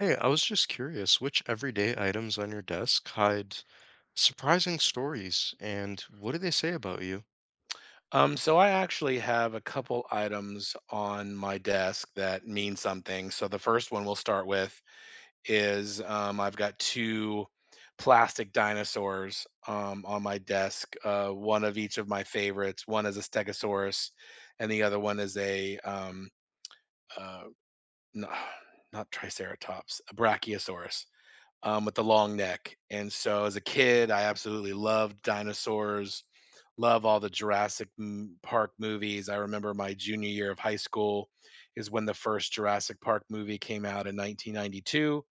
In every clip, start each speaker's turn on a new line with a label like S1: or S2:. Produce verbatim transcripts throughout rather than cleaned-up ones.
S1: Hey, I was just curious, which everyday items on your desk hide surprising stories and what do they say about you?
S2: Um, so I actually have a couple items on my desk that mean something. So the first one we'll start with is um, I've got two plastic dinosaurs um, on my desk. Uh, one of each of my favorites. One is a Stegosaurus, and the other one is a um, uh, no, not Triceratops, a Brachiosaurus um, with the long neck. And so as a kid, I absolutely loved dinosaurs, love all the Jurassic m- Park movies. I remember my junior year of high school is when the first Jurassic Park movie came out in nineteen ninety-two,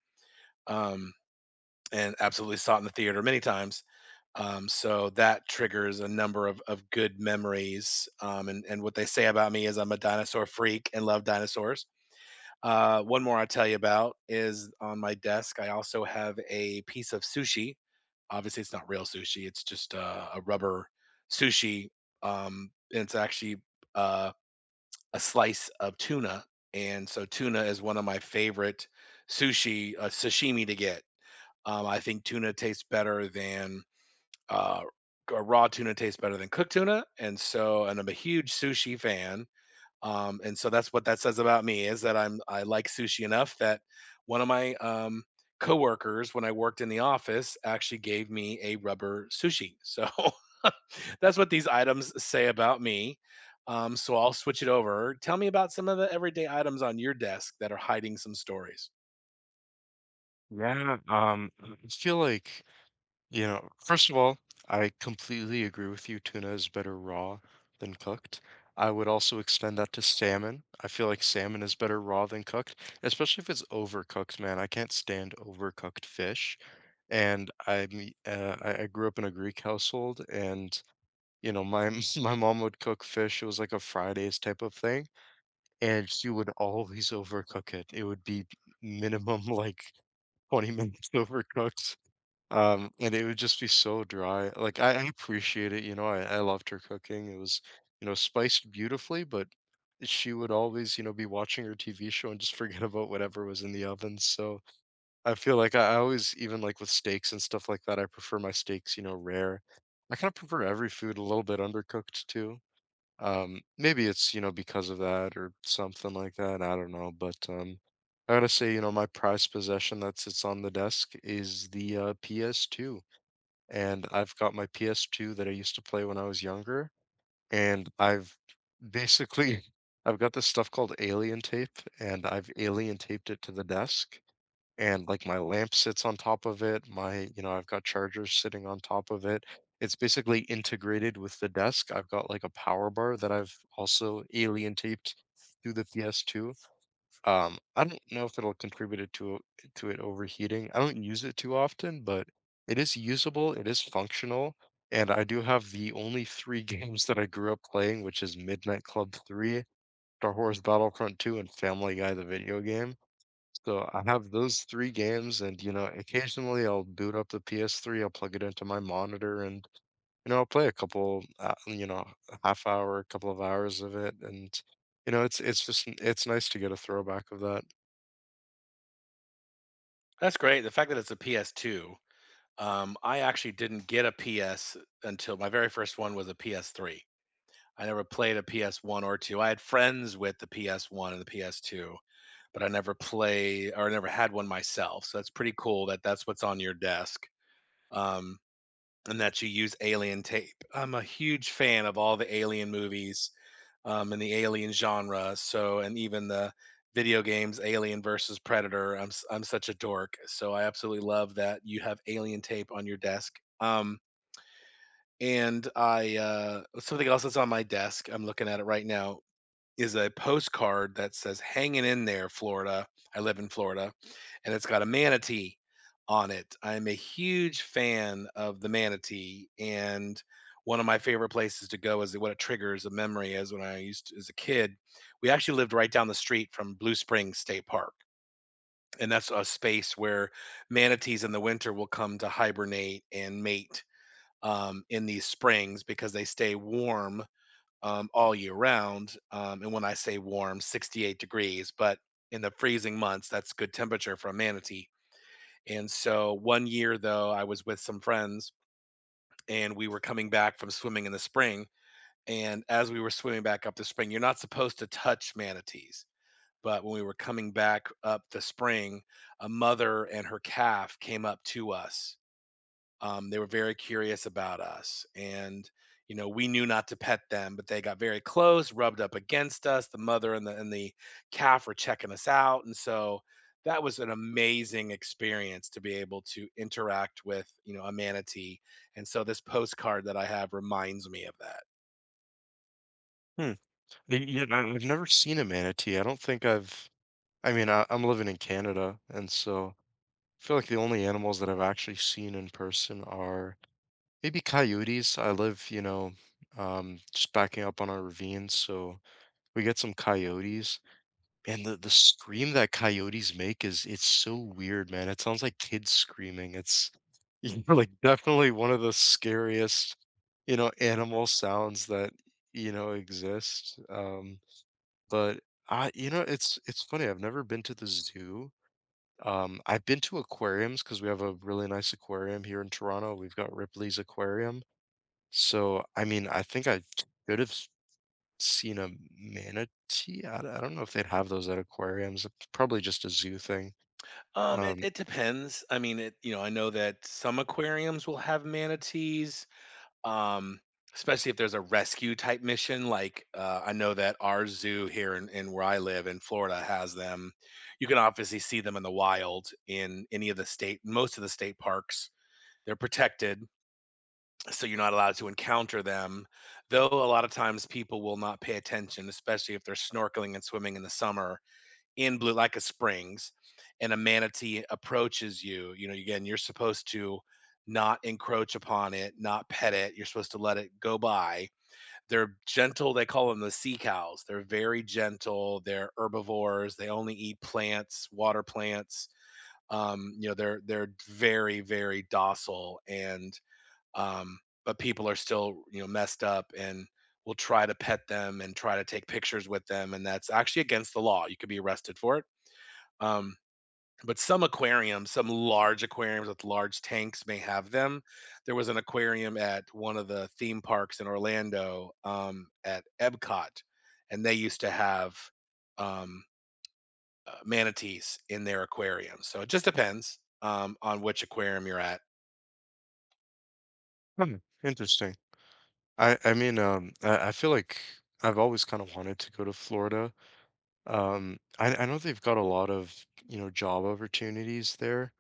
S2: um, and absolutely saw it in the theater many times. Um, so that triggers a number of, of good memories. Um, and, and what they say about me is I'm a dinosaur freak and love dinosaurs. Uh, one more I'll tell you about is on my desk. I also have a piece of sushi. Obviously, it's not real sushi. It's just uh, a rubber sushi. Um, and it's actually uh, a slice of tuna. And so tuna is one of my favorite sushi uh, sashimi to get. Um, I think tuna tastes better than uh, g- raw tuna tastes better than cooked tuna. And so, and I'm a huge sushi fan. Um, and so that's what that says about me is that I'm I like sushi enough that one of my um, coworkers when I worked in the office actually gave me a rubber sushi. So that's what these items say about me. Um, so I'll switch it over. Tell me about some of the everyday items on your desk that are hiding some stories.
S1: Yeah, um, I feel like, you know, first of all, I completely agree with you. Tuna is better raw than cooked. I would also extend that to salmon. I feel like salmon is better raw than cooked, especially if it's overcooked, man. I can't stand overcooked fish. And I'm, uh, I I grew up in a Greek household and you know, my my mom would cook fish. It was like a Fridays type of thing, and she would always overcook it. It would be minimum like twenty minutes overcooked. Um, and it would just be so dry. Like I, I appreciate it, you know, I, I loved her cooking. It was, you know, spiced beautifully, but she would always, you know, be watching her T V show and just forget about whatever was in the oven. So I feel like I, I always, even like with steaks and stuff like that, I prefer my steaks, you know, rare. I kind of prefer every food a little bit undercooked too. Um, maybe it's, you know, because of that or something like that. I don't know. But um, I gotta say, you know, my prized possession that sits on the desk is the uh, P S two. And I've got my P S two that I used to play when I was younger. And I've basically, I've got this stuff called alien tape, and I've alien taped it to the desk and like my lamp sits on top of it. My, you know, I've got chargers sitting on top of it. It's basically integrated with the desk. I've got like a power bar that I've also alien taped through the P S two. Um, I don't know if it'll contribute it to to it overheating. I don't use it too often, but it is usable. It is functional. And I do have the only three games that I grew up playing, which is Midnight Club three, Star Wars Battlefront two, and Family Guy, the video game. So I have those three games, and you know, occasionally I'll boot up the P S three, I'll plug it into my monitor, and you know, I'll play a couple, uh, you know, a half hour, a couple of hours of it, and you know, it's it's just it's nice to get a throwback of that.
S2: That's great. The fact that it's a P S two. Um, I actually didn't get a P S until my very first one was a P S three. I never played a P S one or two. I had friends with the P S one and the P S two, but I never play or never had one myself. So that's pretty cool that that's what's on your desk, um, and that you use Alien tape. I'm a huge fan of all the Alien movies, um, and the Alien genre. So, and even the video games Alien versus Predator. I'm s- I'm such a dork, so I absolutely love that you have Alien tape on your desk. Um, and I uh, Something else that's on my desk. I'm looking at it right now is a postcard that says "Hanging in there, Florida." I live in Florida, and it's got a manatee on it. I'm a huge fan of the manatee, and one of my favorite places to go is what it triggers a memory is when I used to, as a kid. We actually lived right down the street from Blue Springs State Park, and that's a space where manatees in the winter will come to hibernate and mate um, in these springs because they stay warm um, all year round. Um, and when I say warm, sixty-eight degrees, but in the freezing months, that's good temperature for a manatee. And so one year, though, I was with some friends and we were coming back from swimming in the spring. And as we were swimming back up the spring, you're not supposed to touch manatees. But when we were coming back up the spring, a mother and her calf came up to us, um, they were very curious about us, and you know, we knew not to pet them, but they got very close, rubbed up against us. The mother and the and the calf were checking us out, and so that was an amazing experience to be able to interact with, you know, a manatee. And so this postcard that I have reminds me of that.
S1: Hmm. Y- Yeah, I- I've never seen a manatee. I don't think I've. I mean, I, I'm living in Canada, and so I feel like the only animals that I've actually seen in person are maybe coyotes. I live, you know, um, just backing up on a ravine, so we get some coyotes. And the the scream that coyotes make is it's so weird, man. It sounds like kids screaming. It's you know, like definitely one of the scariest, you know, animal sounds that, you know, exist. Um, but I, you know, it's it's funny. I've never been to the zoo. Um, I've been to aquariums because we have a really nice aquarium here in Toronto. We've got Ripley's Aquarium. So, I mean, I think I should have seen a manatee. I d- I don't know if they'd have those at aquariums. It's probably just a zoo thing.
S2: um it,
S1: Um,
S2: it depends. I mean, it, you know, I know that some aquariums will have manatees, um, especially if there's a rescue type mission. Like uh, I know that our zoo here in, in where I live in Florida has them. You can obviously see them in the wild in any of the state, most of the state parks. They're protected, so you're not allowed to encounter them. Though a lot of times people will not pay attention, especially if they're snorkeling and swimming in the summer in blue like a springs, and a manatee approaches you. You know, again, you're supposed to not encroach upon it, not pet it, you're supposed to let it go by. They're gentle, they call them the sea cows. They're very gentle, they're herbivores, they only eat plants, water plants. Um you know, they're they're very very docile. And um but people are still, you know, messed up and will try to pet them and try to take pictures with them, and that's actually against the law. You could be arrested for it. um, but some aquariums, some large aquariums with large tanks may have them. There was an aquarium at one of the theme parks in Orlando, um, at Epcot, and they used to have um, uh, manatees in their aquarium. So it just depends um, on which aquarium you're at.
S1: hmm, interesting. I I mean, um, I, I feel like I've always kind of wanted to go to Florida. Um, I I know they've got a lot of you know job opportunities there.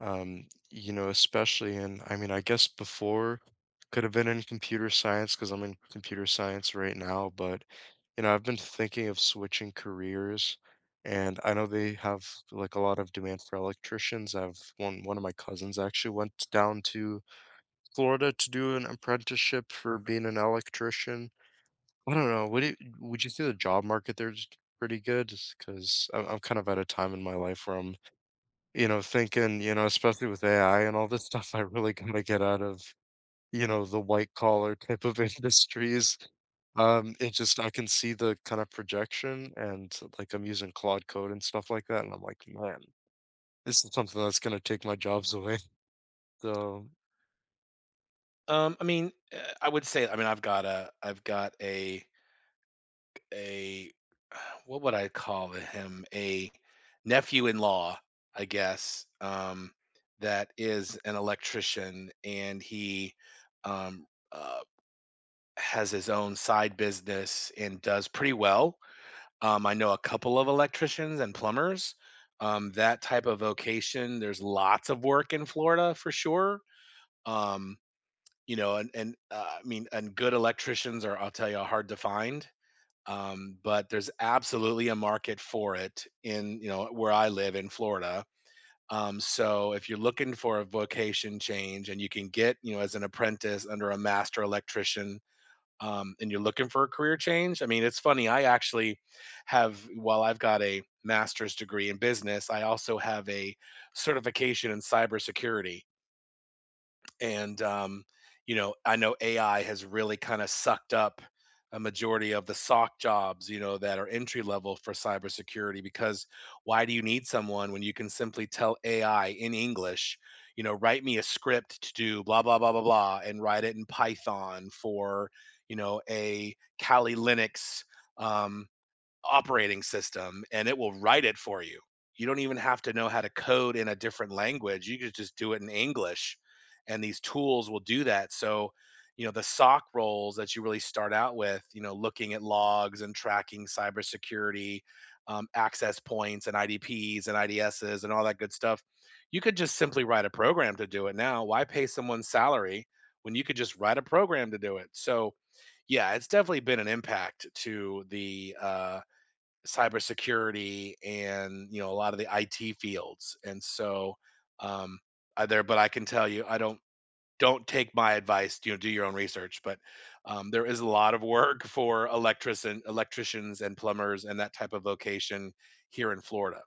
S1: Um, you know, especially in I mean, I guess before could have been in computer science because I'm in computer science right now, but you know, I've been thinking of switching careers, and I know they have like a lot of demand for electricians. I've one one of my cousins actually went down to Florida to do an apprenticeship for being an electrician. I don't know. Would you would you say the job market there's pretty good? Because I'm I'm kind of at a time in my life where I'm, you know, thinking, you know, especially with A I and all this stuff, I really gotta get out of you know, the white collar type of industries. Um, it just I can see the kind of projection and like I'm using Claude Code and stuff like that, and I'm like, man, this is something that's gonna take my jobs away. So
S2: Um, I mean, uh, I would say, I mean, I've got a, I've got a a what would I call him? A nephew-in-law, I guess, um, that is an electrician, and he um, uh, has his own side business and does pretty well. Um, I know a couple of electricians and plumbers. Um, that type of vocation, there's lots of work in Florida for sure. Um, you know, and and uh, I mean, and good electricians are, I'll tell you, hard to find, um, but there's absolutely a market for it in, you know, where I live in Florida. Um, so if you're looking for a vocation change and you can get, you know, as an apprentice under a master electrician, um, and you're looking for a career change, I mean, it's funny. I actually have, while I've got a master's degree in business, I also have a certification in cybersecurity. And um, You know, I know AI has really kind of sucked up a majority of the sock jobs, you know, that are entry level for cybersecurity, because why do you need someone when you can simply tell AI in English, you know, write me a script to do blah blah blah blah blah and write it in Python for, you know, a Kali Linux um, operating system, and it will write it for you. You don't even have to know how to code in a different language. You could just do it in English and these tools will do that. So, you know, the S O C roles that you really start out with, you know, looking at logs and tracking cybersecurity, um, access points and I D Ps and I D Ss and all that good stuff. You could just simply write a program to do it now. Why pay someone's salary when you could just write a program to do it? So, yeah, it's definitely been an impact to the uh, cybersecurity and, you know, a lot of the I T fields. And so um I there but I can tell you, I don't don't take my advice, you know, do your own research, but um there is a lot of work for electrician electricians and plumbers and that type of vocation here in Florida.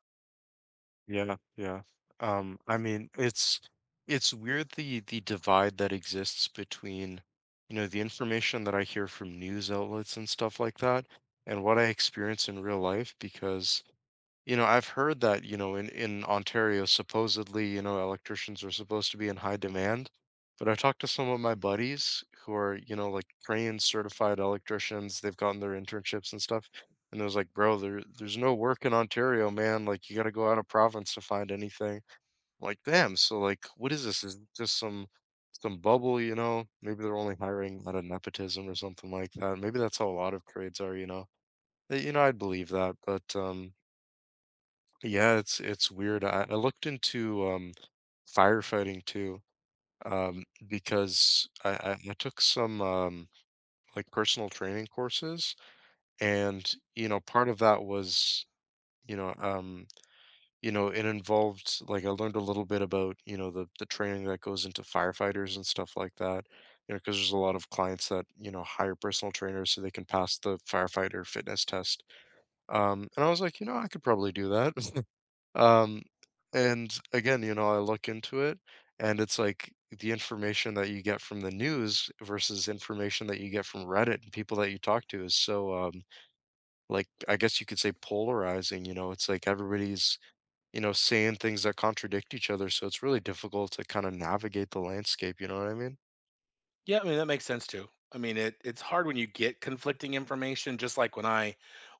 S1: yeah, yeah. Um, I mean, it's it's weird the the divide that exists between, you know, the information that I hear from news outlets and stuff like that, and what I experience in real life because you know, I've heard that, you know, in in Ontario, supposedly, you know, electricians are supposed to be in high demand. But I talked to some of my buddies who are, you know, like trained certified electricians. They've gotten their internships and stuff. And it was like, bro, there there's no work in Ontario, man. Like you gotta go out of province to find anything. Like, damn, so like what is this? Is it just some some bubble, you know? Maybe they're only hiring out of nepotism or something like that. Maybe that's how a lot of trades are, you know. Uh, You know, I'd believe that, but um yeah, it's it's weird. I, I looked into um firefighting too, um, because I, I, I took some um like personal training courses and you know part of that was you know um you know it involved like I learned a little bit about you know the the training that goes into firefighters and stuff like that. You know, because there's a lot of clients that, you know, hire personal trainers so they can pass the firefighter fitness test. Um, and I was like, you know, I could probably do that. Um, and again, you know, I look into it and it's like the information that you get from the news versus information that you get from Reddit and people that you talk to is so um like I guess you could say polarizing, you know, it's like everybody's, you know, saying things that contradict each other, so it's really difficult to kind of navigate the landscape, you know what I mean?
S2: Yeah, I mean, that makes sense too. I mean, it it's hard when you get conflicting information, just like when I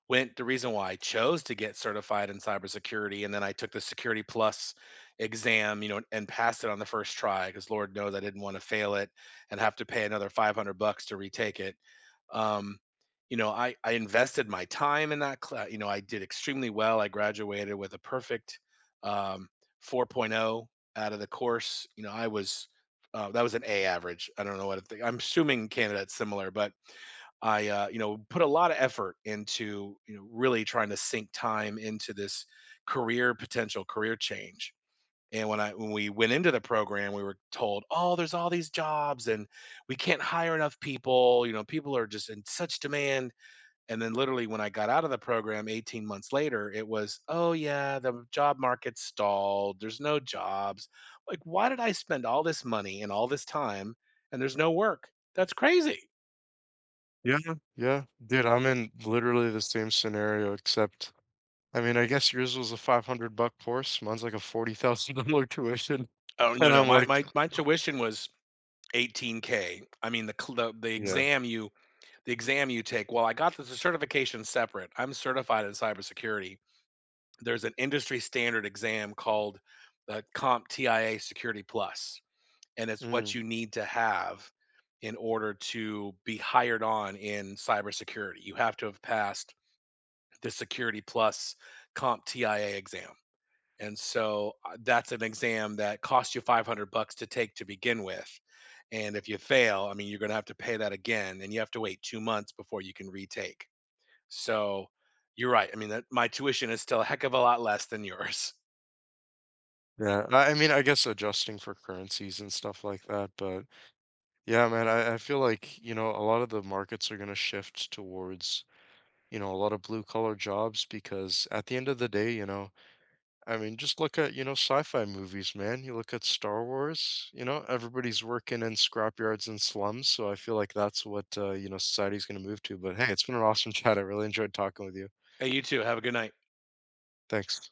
S2: went the reason why I chose to get certified in cybersecurity, and then I took the Security Plus exam, you know, and passed it on the first try because Lord knows I didn't want to fail it and have to pay another five hundred bucks to retake it. Um, you know, I I invested my time in that class. You know, I did extremely well. I graduated with a perfect um 4.0 out of the course. You know, I was uh, that was an A average. I don't know what I think. I'm assuming Canada's similar, but I, uh, you know, put a lot of effort into, you know, really trying to sink time into this career potential career change. And when I when we went into the program, we were told, "Oh, there's all these jobs, and we can't hire enough people. You know, people are just in such demand." And then literally when I got out of the program eighteen months later, it was, oh yeah, the job market stalled. There's no jobs. Like, why did I spend all this money and all this time and there's no work? That's crazy.
S1: Yeah, yeah. Dude, I'm in literally the same scenario except I mean, I guess yours was a five hundred buck course, mine's like a forty thousand dollars tuition.
S2: Oh no,
S1: And
S2: no.
S1: I'm
S2: My
S1: like,
S2: my my tuition was eighteen K. I mean the cl- the, the
S1: yeah.
S2: exam you the exam you take. Well, I got the certification separate. I'm certified in cybersecurity. There's an industry standard exam called the Comp T I A Security Plus, and it's
S1: Mm.
S2: what you need to have in order to be hired on in cybersecurity. You have to have passed the Security Plus CompTIA exam. And so uh, that's an exam that costs you five hundred bucks to take to begin with. And if you fail, I mean, you're going to have to pay that again and you have to wait two months before you can retake. So you're right. I mean, that, my tuition is still a heck of a lot less than yours.
S1: Yeah. I I mean, I guess adjusting for currencies and stuff like that. But yeah, man, I, I feel like, you know, a lot of the markets are going to shift towards, you know, a lot of blue collar jobs because at the end of the day, you know, I mean, just look at, you know, sci-fi movies, man. You look at Star Wars, you know, everybody's working in scrapyards and slums. So I feel like that's what, uh, you know, society's going to move to. But hey, it's been an awesome chat. I really enjoyed talking with you.
S2: Hey, you too. Have a good night.
S1: Thanks.